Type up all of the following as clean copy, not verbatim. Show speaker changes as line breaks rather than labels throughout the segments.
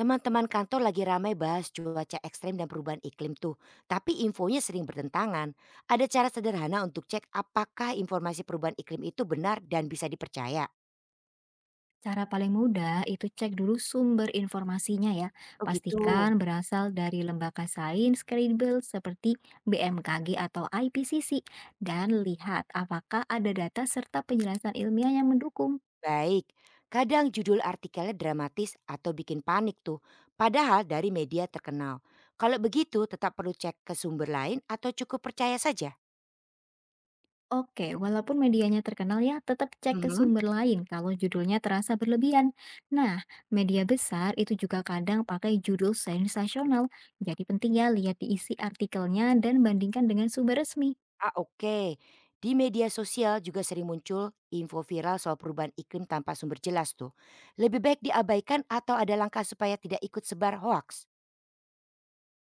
Teman-teman kantor lagi ramai bahas cuaca ekstrem dan perubahan iklim tuh. Tapi infonya sering bertentangan. Ada cara sederhana untuk cek apakah informasi perubahan iklim itu benar dan bisa dipercaya.
Cara paling mudah itu cek dulu sumber informasinya ya.
Oh gitu.
Pastikan berasal dari lembaga sains kredibel seperti BMKG atau IPCC dan lihat apakah ada data serta penjelasan ilmiah yang mendukung.
Baik. Kadang judul artikelnya dramatis atau bikin panik tuh. Padahal dari media terkenal. Kalau begitu tetap perlu cek ke sumber lain atau cukup percaya saja.
Oke, walaupun medianya terkenal ya, tetap cek ke
Mhm.
sumber lain kalau judulnya terasa berlebihan. Nah, media besar itu juga kadang pakai judul sensasional. Jadi penting ya lihat diisi artikelnya dan bandingkan dengan sumber resmi.
Ah, oke. Di media sosial juga sering muncul info viral soal perubahan iklim tanpa sumber jelas tuh. Lebih baik diabaikan atau ada langkah supaya tidak ikut sebar hoax?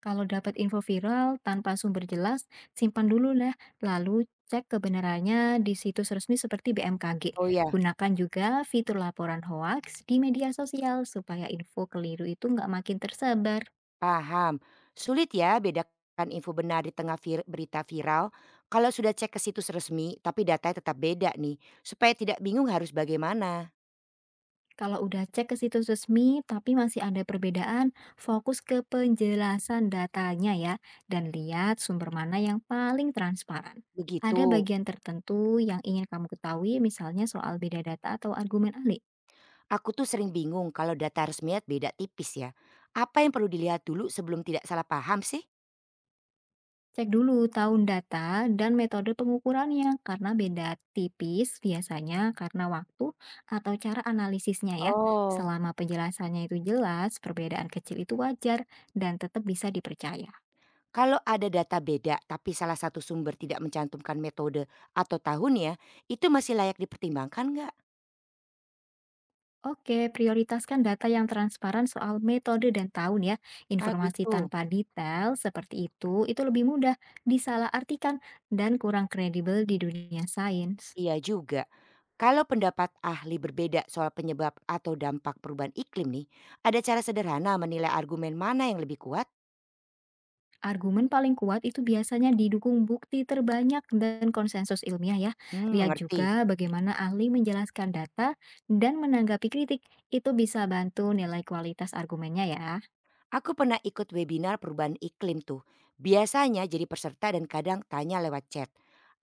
Kalau dapat info viral tanpa sumber jelas, simpan dulu lah, lalu cek kebenarannya di situs resmi seperti BMKG.
Oh ya,
Gunakan juga fitur laporan hoax di media sosial supaya info keliru itu nggak makin tersebar.
paham. Sulit ya bedakan info benar di tengah berita viral. Kalau sudah cek ke situs resmi tapi datanya tetap beda nih. Supaya tidak bingung harus bagaimana.
Kalau udah cek ke situs resmi tapi masih ada perbedaan, fokus ke penjelasan datanya ya, dan lihat sumber mana yang paling transparan.
Begitu.
Ada bagian tertentu yang ingin kamu ketahui, misalnya soal beda data atau argumen ahli.
Aku tuh sering bingung kalau data resminya beda tipis ya. Apa yang perlu dilihat dulu sebelum tidak salah paham sih?
Cek dulu tahun data dan metode pengukurannya karena beda tipis biasanya karena waktu atau cara analisisnya ya.
Oh.
Selama penjelasannya itu jelas, perbedaan kecil itu wajar dan tetap bisa dipercaya.
Kalau ada data beda tapi salah satu sumber tidak mencantumkan metode atau tahunnya, itu masih layak dipertimbangkan nggak?
Oke, prioritaskan data yang transparan soal metode dan tahun ya.
Ah
Informasi
gitu,
tanpa detail seperti itu lebih mudah disalahartikan dan kurang kredibel di dunia sains.
iya juga. Kalau pendapat ahli berbeda soal penyebab atau dampak perubahan iklim nih, ada cara sederhana menilai argumen mana yang lebih kuat?
Argumen paling kuat itu biasanya didukung bukti terbanyak dan konsensus ilmiah ya.
Hmm,
Lihat
mengerti.
juga bagaimana ahli menjelaskan data dan menanggapi kritik. Itu bisa bantu nilai kualitas argumennya ya.
Aku pernah ikut webinar perubahan iklim tuh. Biasanya jadi peserta dan kadang tanya lewat chat.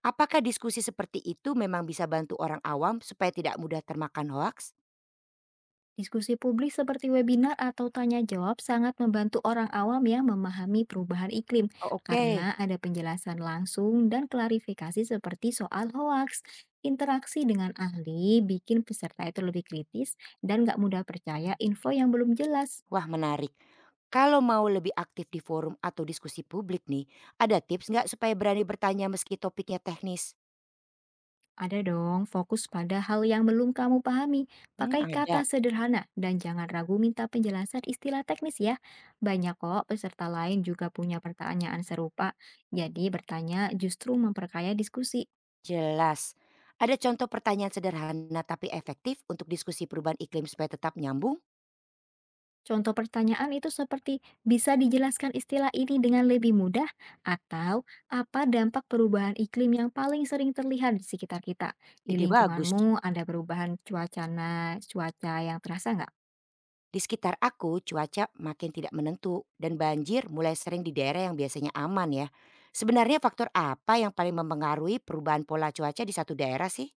Apakah diskusi seperti itu memang bisa bantu orang awam supaya tidak mudah termakan hoaks?
Diskusi publik seperti webinar atau tanya jawab sangat membantu orang awam yang memahami perubahan iklim
Oh, oke.
karena ada penjelasan langsung dan klarifikasi seperti soal hoaks. Interaksi dengan ahli bikin peserta itu lebih kritis dan nggak mudah percaya info yang belum jelas.
Wah menarik. Kalau mau lebih aktif di forum atau diskusi publik nih, ada tips nggak supaya berani bertanya meski topiknya teknis?
Ada dong, fokus pada hal yang belum kamu pahami.
Hmm,
Pakai kata
ada.
sederhana dan jangan ragu minta penjelasan istilah teknis ya. Banyak kok peserta lain juga punya pertanyaan serupa. Jadi bertanya justru memperkaya diskusi.
Jelas. Ada contoh pertanyaan sederhana tapi efektif untuk diskusi perubahan iklim supaya tetap nyambung?
Contoh pertanyaan itu seperti bisa dijelaskan istilah ini dengan lebih mudah atau apa dampak perubahan iklim yang paling sering terlihat di sekitar kita. Di
Ide bagus.
lingkunganmu ada perubahan cuaca cuaca yang terasa nggak?
Di sekitar aku, cuaca makin tidak menentu dan banjir mulai sering di daerah yang biasanya aman ya. Sebenarnya faktor apa yang paling mempengaruhi perubahan pola cuaca di satu daerah sih?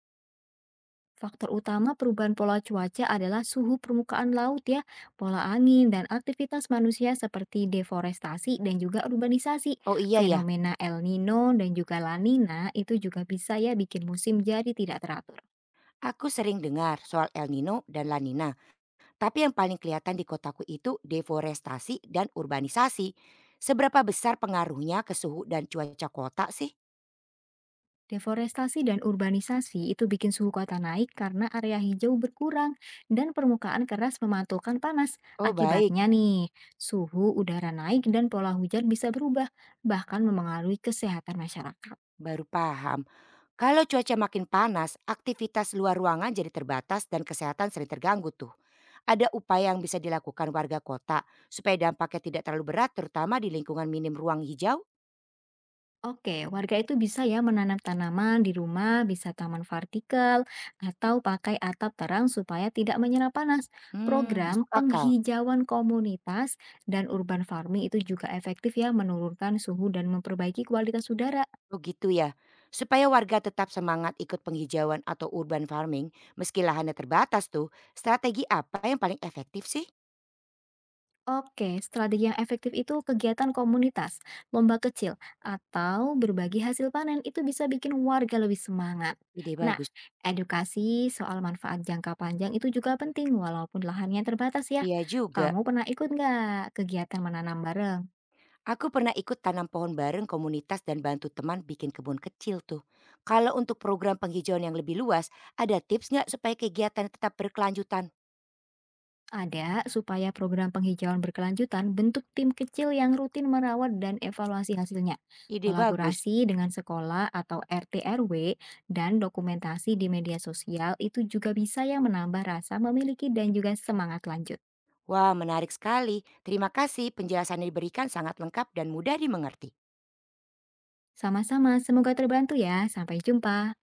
Faktor utama perubahan pola cuaca adalah suhu permukaan laut ya, pola angin, dan aktivitas manusia seperti deforestasi dan juga urbanisasi.
Oh iya ya,
Fenomena El Nino dan juga La Nina itu juga bisa ya bikin musim jadi tidak teratur.
aku sering dengar soal El Nino dan La Nina. Tapi yang paling kelihatan di kotaku itu deforestasi dan urbanisasi. Seberapa besar pengaruhnya ke suhu dan cuaca kota sih?
Deforestasi dan urbanisasi itu bikin suhu kota naik karena area hijau berkurang dan permukaan keras memantulkan panas.
Oh baik,
Akibatnya nih, suhu udara naik dan pola hujan bisa berubah, bahkan memengaruhi kesehatan masyarakat.
baru paham. Kalau cuaca makin panas, aktivitas luar ruangan jadi terbatas dan kesehatan sering terganggu tuh. Ada upaya yang bisa dilakukan warga kota supaya dampaknya tidak terlalu berat terutama di lingkungan minim ruang hijau?
Oke, warga itu bisa ya menanam tanaman di rumah, bisa taman vertikal, atau pakai atap terang supaya tidak menyerap panas.
Hmm,
Program
masuk akal.
penghijauan komunitas dan urban farming itu juga efektif ya menurunkan suhu dan memperbaiki kualitas udara.
Oh gitu ya. Supaya warga tetap semangat ikut penghijauan atau urban farming meski lahannya terbatas tuh, strategi apa yang paling efektif sih?
Oke, strategi yang efektif itu kegiatan komunitas, lomba kecil, atau berbagi hasil panen itu bisa bikin warga lebih semangat.
Ide
Nah,
bagus.
edukasi soal manfaat jangka panjang itu juga penting walaupun lahannya terbatas ya.
Iya juga.
Kamu pernah ikut nggak kegiatan menanam bareng?
Aku pernah ikut tanam pohon bareng komunitas dan bantu teman bikin kebun kecil tuh. Kalau untuk program penghijauan yang lebih luas, ada tips nggak supaya kegiatan tetap berkelanjutan?
Ada, supaya program penghijauan berkelanjutan bentuk tim kecil yang rutin merawat dan evaluasi hasilnya.
Ide bagus.
Kolaborasi dengan sekolah atau RT RW dan dokumentasi di media sosial itu juga bisa yang menambah rasa memiliki dan juga semangat lanjut.
Wah menarik sekali. Terima kasih penjelasan yang diberikan sangat lengkap dan mudah dimengerti.
Sama-sama, semoga terbantu ya. Sampai jumpa.